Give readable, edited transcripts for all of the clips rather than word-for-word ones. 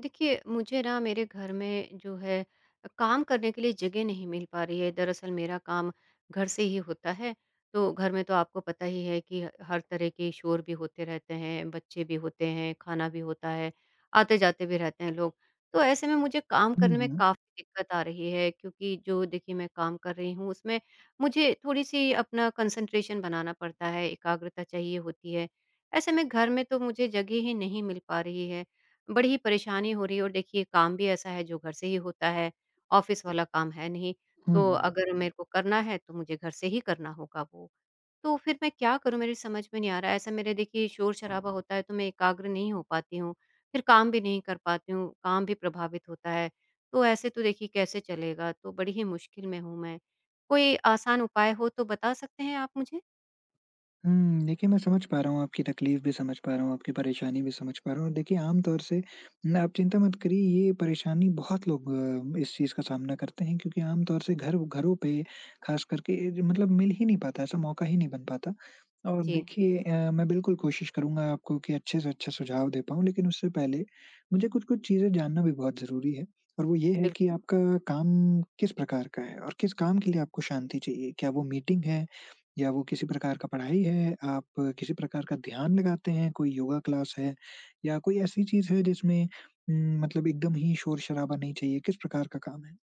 देखिए, मुझे ना मेरे घर में जो है काम करने के लिए जगह नहीं मिल पा रही है। दरअसल मेरा काम घर से ही होता है, तो घर में तो आपको पता ही है कि हर तरह के शोर भी होते रहते हैं, बच्चे भी होते हैं, खाना भी होता है, आते-जाते भी रहते हैं लोग। तो ऐसे में मुझे काम करने हुँ, में हुँ। काफ़ी दिक्कत आ रही है क्योंकि जो देखिए मैं काम कर रही हूँ उसमें मुझे थोड़ी-सी अपना कंसंट्रेशन बनाना पड़ता है, एकाग्रता चाहिए होती है। ऐसे में घर में तो मुझे जगह ही नहीं मिल पा रही है। बड़ी परेशानी हो रही है और देखिए काम भी ऐसा है जो घर से ही होता है, ऑफ़िस वाला काम है नहीं, हुँ, तो हुँ। अगर मेरे को करना है तो मुझे घर से ही करना होगा वो। तो फिर मैं क्या करूँ मेरी समझ में नहीं आ रहा है, ऐसा मेरे देखिए शोर-शराबा होता है तो मैं एकाग्र नहीं हो पाती हूँ, फिर काम भी नहीं कर पाती हूँ, काम भी प्रभावित होता है, तो ऐसे तो देखिए कैसे चलेगा? तो बड़ी ही मुश्किल में हूँ मैं। कोई आसान उपाय हो तो बता सकते हैं आप मुझे? देखिए मैं समझ पा रहा हूँ आपकी तकलीफ़ भी समझ पा रहा हूँ, आपकी परेशानी भी समझ पा रहा हूँ और देखिए आम तौर से ना आप चिंता मत करिए ये परेशानी बहुत लोग इस चीज़ का सामना करते हैं क्योंकि आम तौर से घर घरों पे ख़ास करके ज मतलब मिल ही नहीं पाता, ऐसा मौका ही नहीं बन पाता। और जी, देखिए मैं बिल्कुल कोशिश करूँगा आपको कि अच्छे से अच्छा सुझाव दे पाऊँ लेकिन उससे पहले मुझे कुछ-कुछ चीज़ें जानना भी बहुत ज़रूरी है और वो ये है कि बिल्कुल। आपका काम किस प्रकार का है और किस काम के लिए आपको शांति चाहिए? क्या वो मीटिंग है? या वो किसी प्रकार का पढ़ाई है, आप किसी प्रकार का ध्यान लगाते हैं, कोई योगा क्लास है या कोई ऐसी चीज़ है जिसमें मतलब एकदम ही शोर-शराबा नहीं चाहिए, किस प्रकार का काम है?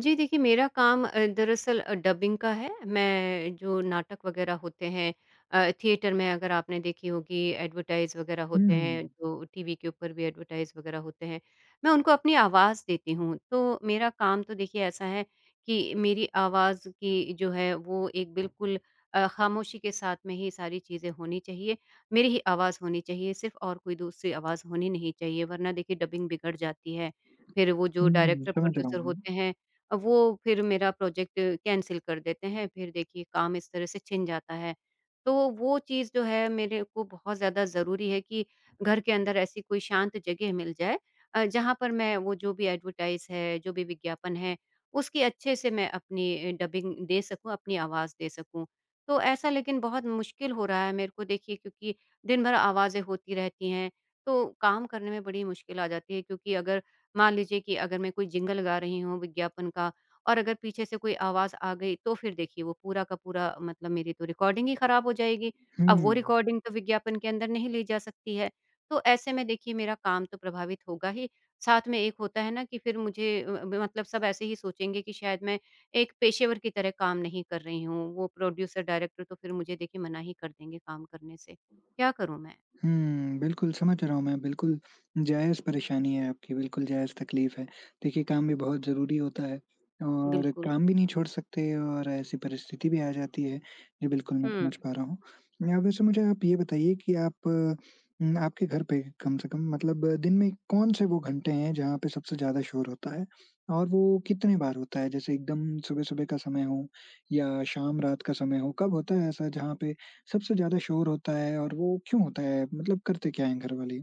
जी देखिए मेरा काम दरअसल डबिंग का है। मैं जो नाटक वग़ैरह होते हैं थिएटर में अगर आपने देखी होगी एडवर्टाइज़ वग़ैरह हुँ, होते हैं, हुँ। जो टीवी के ऊपर भी एडवर्टाइज़ वग़ैरह होते हैं, मैं उनको अपनी आवाज़ देती हूँ। तो मेरा काम तो देखिए ऐसा है कि मेरी आवाज़ की जो है वो एक बिल्कुल ख़ामोशी के साथ में ही सारी चीज़ें होनी चाहिए। मेरी ही आवाज़ होनी चाहिए सिर्फ़ और कोई दूसरी आवाज़ होनी नहीं चाहिए वरना देखिए डबिंग बिगड़ जाती है। फिर वो जो डायरेक्टर, समझ रहा हूँ प्रोड्यूसर मैं। होते हैं वो फिर मेरा प्रोजेक्ट कैंसल कर देते हैं, फिर देखिए काम इस तरह से छिन जाता है। तो वो चीज़ जो है मेरे को बहुत ज़्यादा ज़रूरी है कि घर के अंदर ऐसी कोई शांत जगह मिल जाए जहाँ पर मैं वो जो भी एडवर्टाइज़ है, जो भी विज्ञापन है, उसकी अच्छे से मैं अपनी डबिंग दे सकूँ, अपनी आवाज़ दे सकूँ। तो ऐसा लेकिन बहुत मुश्किल हो रहा है मेरे को देखिए क्योंकि दिन भर आवाज़ें होती रहती हैं, तो काम करने में बड़ी मुश्किल आ जाती है क्योंकि अगर मान लीजिए कि अगर मैं कोई जिंगल गा रही हूँ विज्ञापन का और अगर पीछे से कोई आवाज़ आ गई तो फिर देखिए वो पूरा का पूरा मतलब मेरी तो रिकॉर्डिंग ही खराब हो जाएगी। हुँ। अब वो रिकॉर्डिंग तो विज्ञापन के अंदर नहीं ली जा सकती है। तो ऐसे में देखिए मेरा काम तो प्रभावित होगा ही, साथ में एक होता है ना कि फिर मुझे अ, ब मतलब सब ऐसे ही सोचेंगे कि शायद मैं एक पेशेवर की तरह काम नहीं कर रही हूँ। वो प्रोड्यूसर, डायरेक्टर तो फिर मुझे देखिए मना ही कर देंगे काम करने से। क्या करूँ मैं? बिल्कुल समझ रहा हूँ मैं, बिल्कुल जायज़ परेशानी है आपकी, बिल्कुल जायज़ तकलीफ़ है। देखिए काम भी बहुत ज़रूरी होता है और बिल्कुल। काम भी नहीं छोड़ सकते और ऐसी परिस्थिति भी आ जाती है। जी, बिल्कुल मैं हुँ। समझ पा रहा हूँ। या वैसे मुझे आप ये बताइए कि आप आपके घर पे कम से कम मतलब दिन में कौन से वो घंटे हैं जहाँ पे सबसे ज़्यादा शोर होता है? और वो कितने बार होता है? जैसे एकदम सुबह-सुबह का समय हो या शाम रात का समय हो, कब होता है ऐसा जहाँ पे सबसे ज़्यादा शोर होता है और वो क्यों होता है? मतलब करते क्या हैं घरवाले?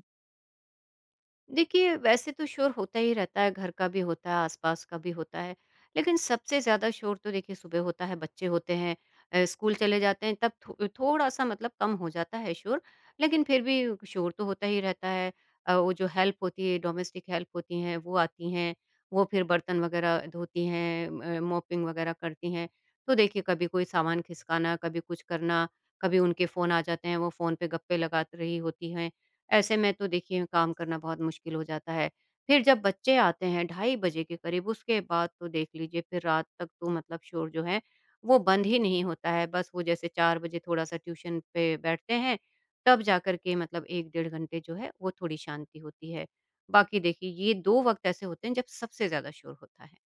देखिए, वैसे तो शोर होता ही रहता है, घर का भी होता है, आस-पास का भी होता है। लेकिन सबसे ज़्यादा शोर तो देखिए सुबह होता है, बच्चे होते हैं स्कूल चले जाते हैं तब थो थोड़ा-सा मतलब कम हो जाता है शोर, लेकिन फिर भी शोर तो होता ही रहता है। वो जो हेल्प होती है, डोमेस्टिक हेल्प होती हैं, वो आती हैं, वो फिर बर्तन वगैरह धोती हैं मॉपिंग वगैरह करती हैं। तो देखिए, कभी कोई सामान खिसकाना, कभी कुछ करना, कभी उनके फ़ोन आ जाते हैं, वो फ़ोन पे गप्पे लगा रही होती हैं। ऐसे में तो देखिए काम करना बहुत मुश्किल हो जाता है। फिर जब बच्चे आते हैं ढाई बजे के करीब उसके बाद तो देख लीजिए फिर रात तक तो मतलब शोर जो है वो बंद ही नहीं होता है। बस वो जैसे 4 बजे थोड़ा-सा ट्यूशन पे बैठते हैं, तब जाकर के मतलब 1 डेढ़ घंटे जो है वो थोड़ी शांति होती है। बाकी देखिए ये 2 वक़्त ऐसे होते हैं जब सबसे ज़्यादा शोर होता है।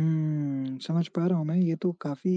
समझ पा रहा हूँ मैं। ये तो काफ़ी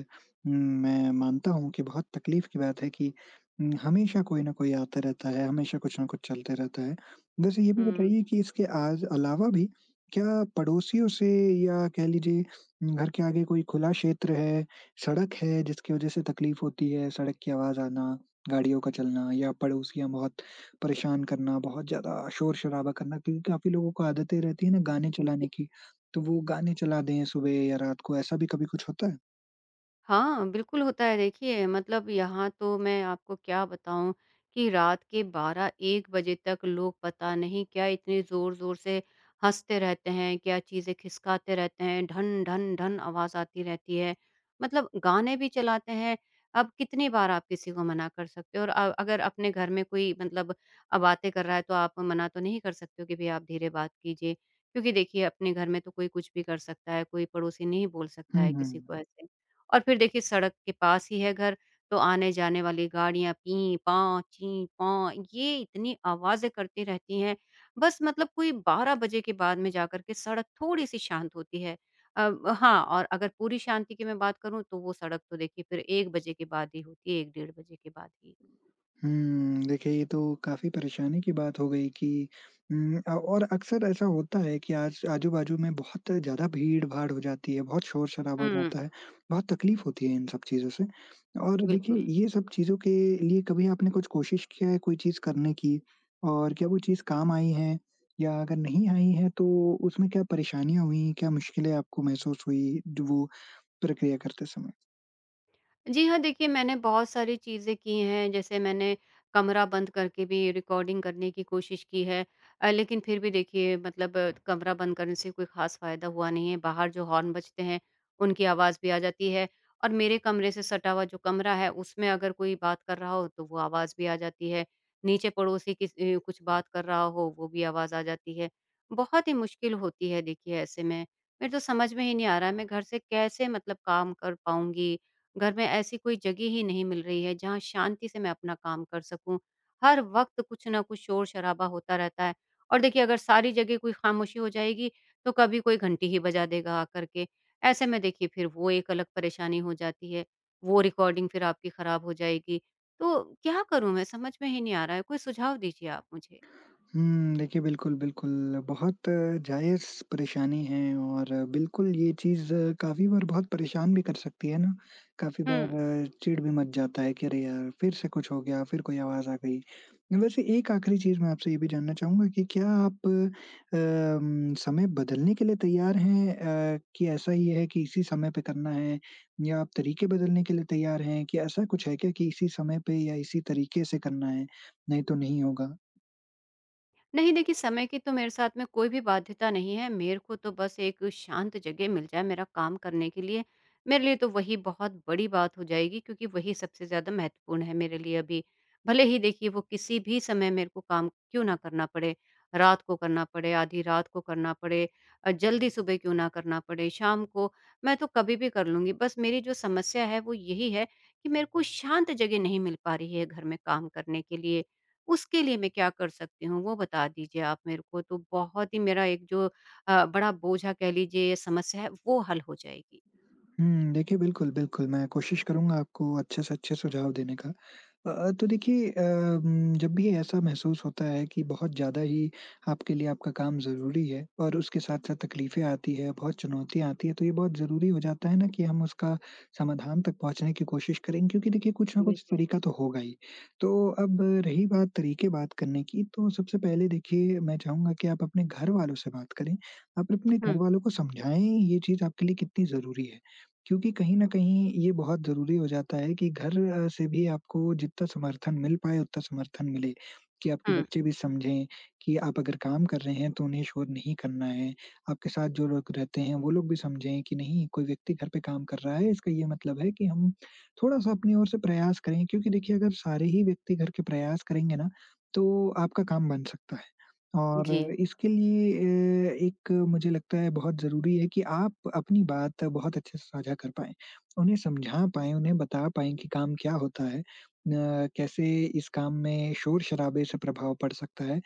अ, मैं मानता हूँ कि बहुत तकलीफ़ की बात है कि हमेशा कोई न कोई आता रहता है, हमेशा कुछ न कुछ चलते रहता है। वैसे ये भी हुँ। बताइए कि इसके आज अलावा भी क्या पड़ोसियों से या कह लीजिए घर के आगे कोई खुला क्षेत्र है, सड़क है जिसकी वज़ह से तकलीफ़ होती है, सड़क की आवाज़ आना, गाड़ियों का चलना या पड़ोसियाँ बहुत परेशान करना, बहुत ज़्यादा शोर-शराबा करना? क्योंकि काफ़ी लोगों को आदतें रहती है ना गाने जी। चलाने की। तो वो गाने चला दें सुबह या रात को, ऐसा भी कभी कुछ होता है? हाँ, बिल्कुल होता है। देखिए, मतलब यहाँ तो मैं आपको क्या बताऊँ कि रात के 12-1 बजे तक लोग पता नहीं क्या इतने ज़ोर-ज़ोर से हँसते रहते हैं, क्या चीज़ें खिसकाते रहते हैं, ढन, ढन, ढन आवाज़ आती रहती है। मतलब गाने भी चलाते हैं। अब कितनी बार आप किसी को मना कर सकते हो और अगर अपने घर में कोई मतलब बातें कर रहा है तो आप मना तो नहीं कर सकते हो कि भई आप धीरे बात कीजिए। क्योंकि देखिए अपने घर में तो कोई कुछ भी कर सकता है, कोई पड़ोसी नहीं बोल सकता हुँ, है किसी हुँ। को ऐसे। और फिर देखिए सड़क के पास ही है घर, तो आने-जाने वाली गाड़ियाँ पीं-पाँ, चीं-पॉं ये इतनी आवाज़ें करती रहती हैं। बस मतलब कोई 12 बजे के बाद में जाकर के सड़क थोड़ी-सी शांत होती है। अ, हाँ और अगर पूरी शांति की मैं बात करूँ तो वो सड़क तो देखिए फिर 1 बजे के बाद ही होती है, 1 डेढ़ बजे के बाद ही। देखिए ये तो काफ़ी परेशानी की बात हो गई कि और अक्सर ऐसा होता है कि आज आजू-बाजू में बहुत ज़्यादा भीड़-भाड़ हो जाती है, बहुत शोर-शराबा हो हुँ। जाता है, बहुत तकलीफ़ होती है इन सब चीज़ों से। और देखिए बिल्कुल। ये सब चीज़ों के लिए कभी आपने कुछ कोशिश किया है कोई चीज़ करने की? और क्या वो चीज़ काम आई है? या अगर नहीं आई है तो उसमें क्या परेशानियाँ हुईं, क्या मुश्किलें आपको महसूस हुई, जो वो प्रक्रिया करते समय? जी हाँ, देखिए मैंने बहुत सारी चीज़ें की हैं, जैसे मैंने कमरा बंद करके भी रिकॉर्डिंग करने की कोशिश की है। लेकिन फिर भी देखिए मतलब कमरा बंद करने से कोई ख़ास फ़ायदा हुआ नहीं है, बाहर जो हॉर्न बजते हैं, उनकी आवाज़ भी आ जाती है और मेरे कमरे से सटा हुआ जो कमरा है, उसमें अगर कोई बात कर रहा हो, तो वो आवाज़ भी आ जाती है। नीचे पड़ोसी कुछ बात कर रहा हो, वो भी आवाज़ आ जाती है। बहुत ही मुश्किल होती है देखिए ऐसे में। मेरे तो समझ में ही नहीं आ रहा है, मैं घर से कैसे मतलब काम कर पाऊँगी घर में ऐसी कोई जगह ही नहीं मिल रही है जहाँ शांति से मैं अपना काम कर सकूँ। हर वक़्त कुछ ना कुछ शोर-शराबा होता रहता है और देखिए अगर सारी जगह कोई खामोशी हो जाएगी तो कभी कोई घंटी ही बजा देगा आकर के। ऐसे में देखिए फिर वो एक अलग परेशानी हो जाती है, वो रिकॉर्डिंग फिर आपकी ख़राब हो जाएगी। तो क्या करूँ मैं समझ में ही नहीं आ रहा है, कोई सुझाव दीजिए आप मुझे? देखिए बिल्कुल, बिल्कुल बहुत जायज़ परेशानी है और बिल्कुल ये चीज़ काफ़ी बार बहुत परेशान भी कर सकती है ना। काफ़ी हुँ। बार चिढ़ भी मच जाता है कि अरे यार! फिर से कुछ हो गया, फिर कोई आवाज़ आ गई। वैसे एक आखिरी चीज़ मैं आपसे ये भी जानना चाहूँगा कि क्या आप समय बदलने के लिए तैयार हैं कि ऐसा ही है कि इसी समय पे करना है? या आप तरीके बदलने के लिए तैयार हैं कि ऐसा कुछ है क्या कि इसी समय पे या इसी तरीके से करना है, नहीं तो नहीं होगा? नहीं देखिए समय की तो मेरे साथ में कोई भी बाध्यता नहीं है मेरे को तो बस एक शांत जगह मिल जाए मेरा काम करने के लिए मेरे लिए तो वही बहुत बड़ी बात हो जाएगी क्योंकि वही सबसे ज़्यादा महत्वपूर्ण है मेरे लिए अभी भले ही देखिए वो किसी भी समय मेरे को काम क्यों ना करना पड़े रात को करना पड़े आधी रात को करना पड़े जल्दी सुबह क्यों ना करना पड़े शाम को मैं तो कभी भी कर लूँगी बस मेरी जो समस्या है वो यही है कि मेरे को शांत जगह नहीं मिल पा रही है घर में काम करने के लिए उसके लिए मैं क्या कर सकती हूँ वो बता दीजिए आप मेरे को तो बहुत ही मेरा एक जो बड़ा बोझा कह लीजिए ये समस्या है वो हल हो जाएगी। देखिए बिल्कुल, बिल्कुल, मैं कोशिश करूँगा आपको अच्छे से अच्छे सुझाव देने का। तो देखिए जब भी ऐसा महसूस होता है कि बहुत ज़्यादा ही आपके लिए आपका काम ज़रूरी है और उसके साथ-साथ तकलीफ़ें आती हैं, बहुत चुनौतियाँ आती हैं, तो ये बहुत ज़रूरी हो जाता है ना कि हम उसका समाधान तक पहुँचने की कोशिश करें क्योंकि देखिए कुछ ना कुछ बिल्कुल। तरीका तो होगा ही। तो अब रही बात तरीके बात करने की, तो सबसे पहले देखिए मैं चाहूँगा कि आप अपने घर वालों से बात करें। आप अपने हुँ, घर वालों को समझाएँ ये चीज़ आपके लिए कितनी ज़रूरी है। क्योंकि कहीं न कहीं ये बहुत ज़रूरी हो जाता है कि घर से भी आपको जितना समर्थन मिल पाए उतना समर्थन मिले, कि आपके हुँ। बच्चे भी समझें कि आप अगर काम कर रहे हैं तो उन्हें शोर नहीं करना है। आपके साथ जो लोग रहते हैं वो लोग भी समझें कि नहीं कोई व्यक्ति घर पे काम कर रहा है इसका ये मतलब है कि हम थोड़ा-सा अपनी ओर से प्रयास करें क्योंकि देखिए अगर सारे ही व्यक्ति घर के प्रयास करेंगे ना, तो आपका काम बन सकता है। और जी, इसके लिए एक मुझे लगता है बहुत ज़रूरी है कि आप अपनी बात बहुत अच्छे से साझा कर पाएँ। उन्हें समझा पाएँ, उन्हें बता पाएँ कि काम क्या होता है? कैसे इस काम में शोर-शराबे से प्रभाव पड़ सकता है?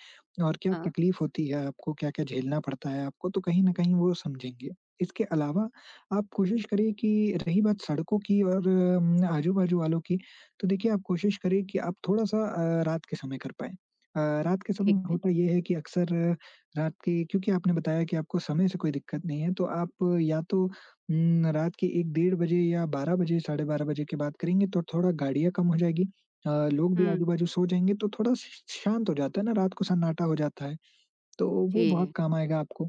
और क्या हाँ, तकलीफ़ होती है आपको? क्या-क्या झेलना पड़ता है आपको? तो कहीं न कहीं वो समझेंगे। इसके अलावा आप कोशिश करें कि रही बात सड़कों की और आजू-बाजू वालों की, तो देखिए आप कोशिश करें कि आप थोड़ा-सा रात के समय कर पाएँ। अ, रात के ठीक समय है। होता ये है कि अक्सर रात के क्योंकि आपने बताया कि आपको समय से कोई दिक्कत नहीं है, तो आप या तो रात के 1 डेढ़ बजे या 12 बजे, साढ़े 12 बजे के बाद करेंगे तो थोड़ा गाड़ियाँ कम हो जाएगी। लोग भी हुँ, आजू-बाजू सो जाएँगे तो थोड़ा श शांत हो जाता है ना, रात को सन्नाटा हो जाता है। तो वो जी। बहुत काम आएगा आपको।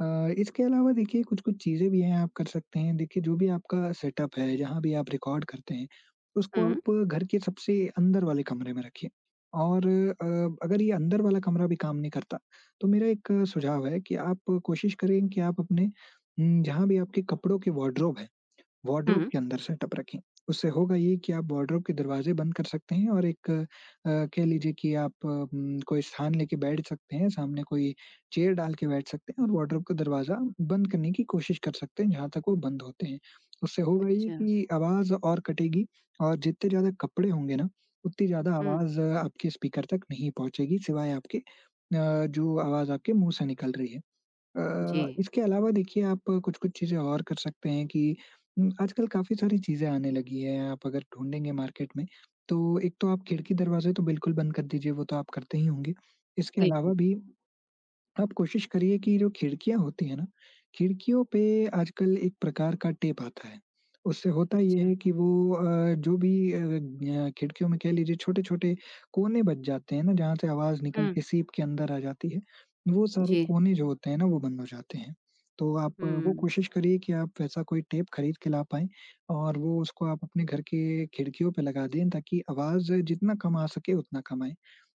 इसके अलावा देखिए कुछ-कुछ चीज़ें भी हैं आप कर सकते हैं। देखिए जो भी आपका सेटअप है, जहाँ भी आप रिकॉर्ड करते हैं, उसको हुँ, आप घर के सबसे अंदर वाले कमरे में रखिए और अगर ये अंदर वाला कमरा भी काम नहीं करता, तो मेरा एक सुझाव है कि आप कोशिश करें कि आप अपने जहाँ भी आपके कपड़ों के वार्डरोब है, वार्डरोब हुँ। के अंदर सेटअप रखें। उससे होगा ये कि आप वार्डरोब के दरवाज़े बंद कर सकते हैं और एक कह लीजिए कि आप कोई स्थान लेके बैठ सकते हैं, सामने कोई चेयर डाल के बैठ सकते हैं और वार्डरोब का दरवाज़ा बंद करने की कोशिश कर सकते हैं जहाँ तक वो बंद होते हैं। उससे होगा ये अच्छा, कि आवाज़ और कटेगी और जितने ज़्यादा कपड़े होंगे ना, उतनी ज़्यादा हुँ, आवाज़ आपके स्पीकर तक नहीं पहुँचेगी, सिवाय आपके जो आवाज़ आपके मुँह से निकल रही है। जी, इसके अलावा देखिए आप कुछ-कुछ चीज़ें और कर सकते हैं कि आजकल काफ़ी सारी चीज़ें आने लगी हैं, आप अगर ढूँढेंगे मार्केट में, तो एक तो आप खिड़की-दरवाज़े तो बिल्कुल बंद कर दीजिए, वो तो आप करते ही होंगे। इसके अलावा बिल्कुल। भी आप कोशिश करिए कि जो खिड़कियाँ होती हैं ना, खिड़कियों पे आजकल एक प्रकार का टेप आता है। उससे होता ये अच्छा, है कि वो जो भी खिड़कियों में कह लीजिए छोटे-छोटे कोने बच जाते हैं ना, जहाँ से आवाज़ निकल हुँ, के सीप के अंदर आ जाती है, वो सारे जी, कोने जो होते हैं ना, वो बंद हो जाते हैं। तो आप वो हुँ, कोशिश करिए कि आप वैसा कोई टेप खरीद के ला पाएँ और वो उसको आप अपने घर के खिड़कियों पे लगा दें ताकि आवाज़ जितना कम आ सके उतना कम आए।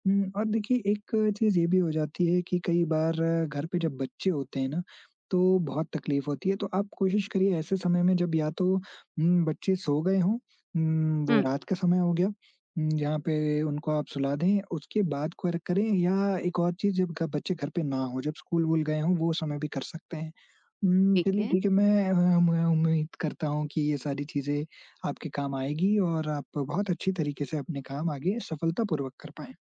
और देखिए एक चीज़ ये भी हो जाती है कि कई बार घर पे जब बच्चे होते हैं ना, तो बहुत तकलीफ़ होती है। तो आप कोशिश करिए ऐसे समय में जब या तो बच्चे सो गए हों, वो हुँ, रात का समय हो गया जहाँ पे उनको आप सुला दें, उसके बाद कर करें या एक और चीज़ जब घ बच्चे घर पे ना हों, जब स्कूल-वूल गए हों, वो समय भी कर सकते हैं। ठीक चलिए है। ठीक है, मैं उम्मीद करता हूँ कि ये सारी चीज़ें आपके काम आएगी और आप बहुत अच्छी तरीके से अपने काम आगे सफलतापूर्वक कर पाएँ।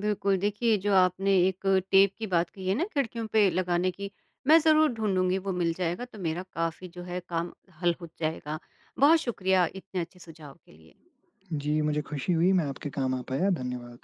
बिल्कुल, देखिए जो आपने एक टेप की बात कही है ना खिड़कियों पे लगाने की, मैं ज़रूर ढूँढूँगी वो मिल जाएगा तो मेरा काफ़ी जो है काम हल हो जाएगा। बहुत शुक्रिया इतने अच्छे सुझाव के लिए। जी, मुझे खुशी हुई मैं आपके काम आ पाया, धन्यवाद।